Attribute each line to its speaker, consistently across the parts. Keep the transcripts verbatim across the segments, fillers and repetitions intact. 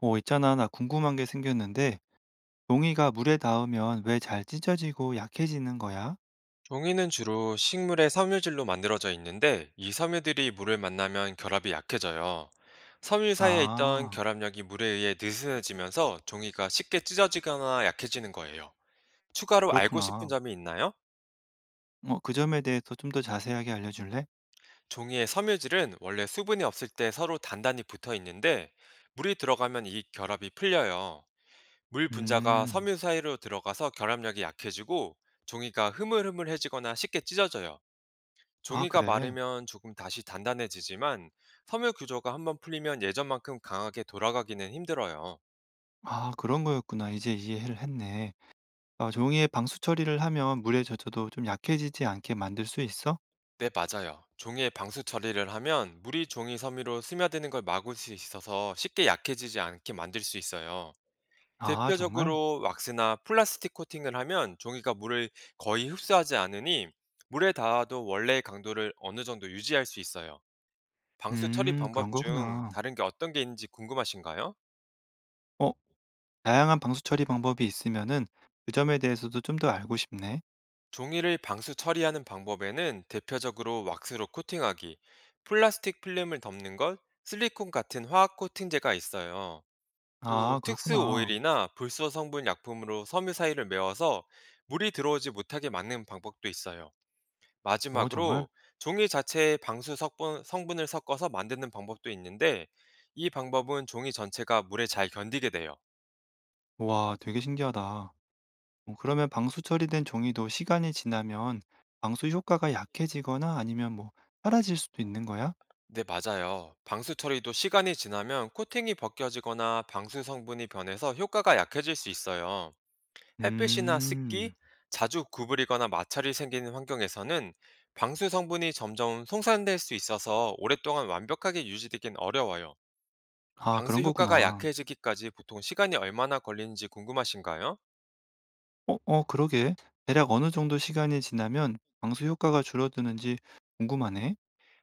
Speaker 1: 어, 있잖아. 나 궁금한 게 생겼는데, 종이가 물에 닿으면 왜 잘 찢어지고 약해지는 거야?
Speaker 2: 종이는 주로 식물의 섬유질로 만들어져 있는데 이 섬유들이 물을 만나면 결합이 약해져요. 섬유 사이에 있던
Speaker 1: 아,
Speaker 2: 결합력이 물에 의해 느슨해지면서 종이가 쉽게 찢어지거나 약해지는 거예요. 추가로 알고 싶은
Speaker 1: 그렇구나.
Speaker 2: 점이 있나요?
Speaker 1: 어, 그 점에 대해서 좀 더 자세하게 알려줄래?
Speaker 2: 종이의 섬유질은 원래 수분이 없을 때 서로 단단히 붙어 있는데 물이 들어가면 이 결합이 풀려요. 물 분자가
Speaker 1: 음,
Speaker 2: 섬유 사이로 들어가서 결합력이 약해지고 종이가 흐물흐물해지거나 쉽게 찢어져요.
Speaker 1: 아,
Speaker 2: 종이가
Speaker 1: 그래.
Speaker 2: 마르면 조금 다시 단단해지지만 섬유 구조가 한번 풀리면 예전만큼 강하게 돌아가기는 힘들어요.
Speaker 1: 아, 그런 거였구나. 이제 이해를 했네. 아, 종이에 방수 처리를 하면 물에 젖어도 좀 약해지지 않게 만들 수 있어?
Speaker 2: 네, 맞아요. 종이에 방수 처리를 하면 물이 종이 섬유로 스며드는 걸 막을 수 있어서 쉽게 약해지지 않게 만들 수 있어요.
Speaker 1: 아, 정말?
Speaker 2: 대표적으로 왁스나 플라스틱 코팅을 하면 종이가 물을 거의 흡수하지 않으니 물에 닿아도 원래의 강도를 어느 정도 유지할 수 있어요. 방수 처리
Speaker 1: 음, 그런
Speaker 2: 방법 중
Speaker 1: 거구나.
Speaker 2: 다른 게 어떤 게 있는지 궁금하신가요?
Speaker 1: 어, 다양한 방수 처리 방법이 있으면은 그 점에 대해서도 좀 더 알고 싶네.
Speaker 2: 종이를 방수 처리하는 방법에는 대표적으로 왁스로 코팅하기, 플라스틱 필름을 덮는 것, 실리콘 같은 화학 코팅제가 있어요. 또
Speaker 1: 아,
Speaker 2: 특수
Speaker 1: 그렇구나.
Speaker 2: 오일이나 불소 성분 약품으로 섬유 사이를 메워서 물이 들어오지 못하게 막는 방법도 있어요.
Speaker 1: 어, 정말?
Speaker 2: 마지막으로 종이 자체에 방수 석분- 성분을 섞어서 만드는 방법도 있는데 이 방법은 종이 전체가 물에 잘 견디게 돼요.
Speaker 1: 와, 되게 신기하다. 어 그러면 방수 처리된 종이도 시간이 지나면 방수 효과가 약해지거나 아니면 뭐 사라질 수도 있는 거야?
Speaker 2: 네, 맞아요. 방수 처리도 시간이 지나면 코팅이 벗겨지거나 방수 성분이 변해서 효과가 약해질 수 있어요. 햇빛이나
Speaker 1: 음.
Speaker 2: 습기, 자주 구부리거나 마찰이 생기는 환경에서는 방수 성분이 점점 송산될 수 있어서 오랫동안 완벽하게 유지되긴 어려워요.
Speaker 1: 아, 그런
Speaker 2: 방수 효과가
Speaker 1: 거구나.
Speaker 2: 약해지기까지 보통 시간이 얼마나 걸리는지 궁금하신가요?
Speaker 1: 어, 어, 그러게. 대략 어느 정도 시간이 지나면 방수 효과가 줄어드는지 궁금하네.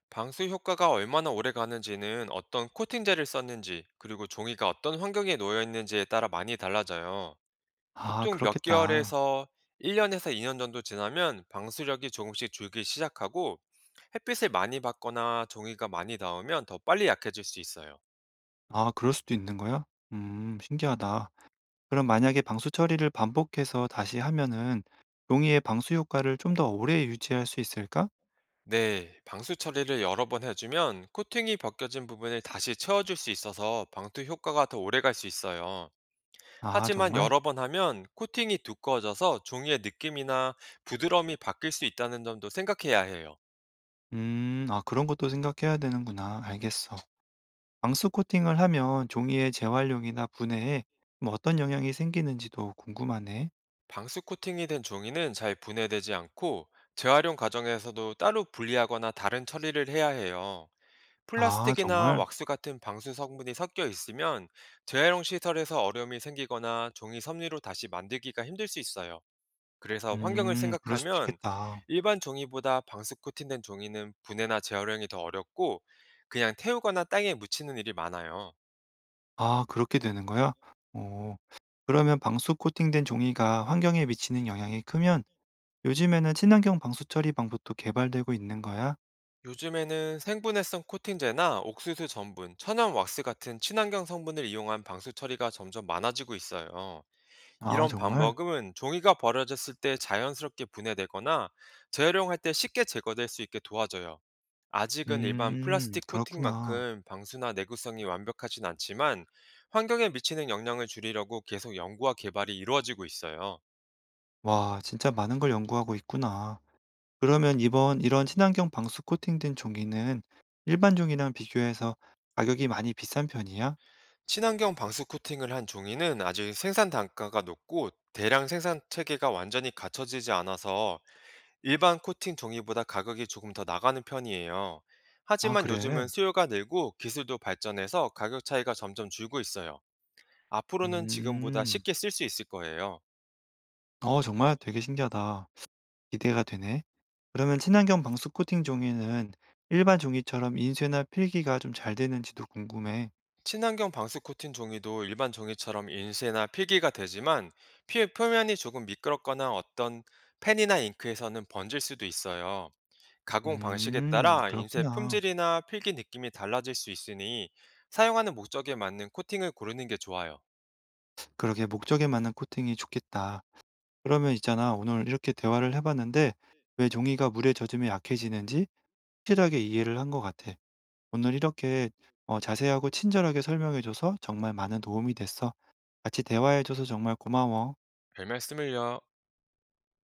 Speaker 2: 방수 효과가 얼마나 오래 가는지는 어떤 코팅제를 썼는지, 그리고 종이가 어떤 환경에 놓여 있는지에 따라 많이 달라져요.
Speaker 1: 아,
Speaker 2: 보통 몇
Speaker 1: 그렇겠다.
Speaker 2: 개월에서 일 년 년에서 이 년 정도 지나면 방수력이 조금씩 줄기 시작하고 햇빛을 많이 받거나 종이가 많이 닿으면 더 빨리 약해질 수 있어요.
Speaker 1: 아, 그럴 수도 있는 거야? 음, 신기하다. 그럼 만약에 방수 처리를 반복해서 다시 하면은 종이의 방수 효과를 좀 더 오래 유지할 수 있을까?
Speaker 2: 네, 방수 처리를 여러 번 해주면 코팅이 벗겨진 부분을 다시 채워줄 수 있어서 방수 효과가 더 오래 갈 수 있어요.
Speaker 1: 아,
Speaker 2: 하지만
Speaker 1: 정말?
Speaker 2: 여러 번 하면 코팅이 두꺼워져서 종이의 느낌이나 부드러움이 바뀔 수 있다는 점도 생각해야 해요.
Speaker 1: 음. 아 그런 것도 생각해야 되는구나. 알겠어. 방수 코팅을 하면 종이의 재활용이나 분해에 뭐 어떤 영향이 생기는지도 궁금하네.
Speaker 2: 방수 코팅이 된 종이는 잘 분해되지 않고 재활용 과정에서도 따로 분리하거나 다른 처리를 해야 해요.
Speaker 1: 아
Speaker 2: 플라스틱이나
Speaker 1: 정말?
Speaker 2: 왁스 같은 방수 성분이 섞여 있으면 재활용 시설에서 어려움이 생기거나 종이 섬유로 다시 만들기가 힘들 수 있어요. 그래서 환경을
Speaker 1: 음. 그럴 수도
Speaker 2: 생각하면
Speaker 1: 있겠다.
Speaker 2: 일반 종이보다 방수 코팅된 종이는 분해나 재활용이 더 어렵고 그냥 태우거나 땅에 묻히는 일이 많아요.
Speaker 1: 아 그렇게 되는 거야? 오 그러면 방수 코팅된 종이가 환경에 미치는 영향이 크면 요즘에는 친환경 방수 처리 방법도 개발되고 있는 거야?
Speaker 2: 요즘에는 생분해성 코팅제나 옥수수 전분, 천연 왁스 같은 친환경 성분을 이용한 방수 처리가 점점 많아지고 있어요.
Speaker 1: 아
Speaker 2: 이런
Speaker 1: 정말?
Speaker 2: 방법은 종이가 버려졌을 때 자연스럽게 분해되거나 재활용할 때 쉽게 제거될 수 있게 도와줘요. 아직은 일반
Speaker 1: 음.
Speaker 2: 플라스틱
Speaker 1: 그렇구나.
Speaker 2: 코팅만큼 방수나 내구성이 완벽하진 않지만 환경에 미치는 영향을 줄이려고 계속 연구와 개발이 이루어지고 있어요.
Speaker 1: 와 진짜 많은 걸 연구하고 있구나. 그러면 이번 이런 친환경 방수 코팅된 종이는 일반 종이랑 비교해서 가격이 많이 비싼 편이야?
Speaker 2: 친환경 방수 코팅을 한 종이는 아직 생산 단가가 높고 대량 생산 체계가 완전히 갖춰지지 않아서 일반 코팅 종이보다 가격이 조금 더 나가는 편이에요.
Speaker 1: 아,
Speaker 2: 하지만 요즘은
Speaker 1: 그래.
Speaker 2: 수요가 늘고 기술도 발전해서 가격 차이가 점점 줄고 있어요. 앞으로는 지금보다
Speaker 1: 음.
Speaker 2: 쉽게 쓸 수 있을 거예요.
Speaker 1: 어, 정말 되게 신기하다. 기대가 되네. 그러면 친환경 방수 코팅 종이는 일반 종이처럼 인쇄나 필기가 좀 잘 되는지도 궁금해.
Speaker 2: 친환경 방수 코팅 종이도 일반 종이처럼 인쇄나 필기가 되지만 피- 표면이 조금 미끄럽거나 어떤 펜이나 잉크에서는 번질 수도 있어요. 가공 방식에
Speaker 1: 음,
Speaker 2: 따라 인쇄
Speaker 1: 그렇구나.
Speaker 2: 품질이나 필기 느낌이 달라질 수 있으니 사용하는 목적에 맞는 코팅을 고르는 게 좋아요.
Speaker 1: 그러게 목적에 맞는 코팅이 좋겠다. 그러면 있잖아. 오늘 이렇게 대화를 해봤는데 왜 종이가 물에 젖으면 약해지는지 확실하게 이해를 한 것 같아. 오늘 이렇게 어 자세하고 친절하게 설명해 줘서 정말 많은 도움이 됐어. 같이 대화해 줘서 정말 고마워.
Speaker 2: 별 말씀을요.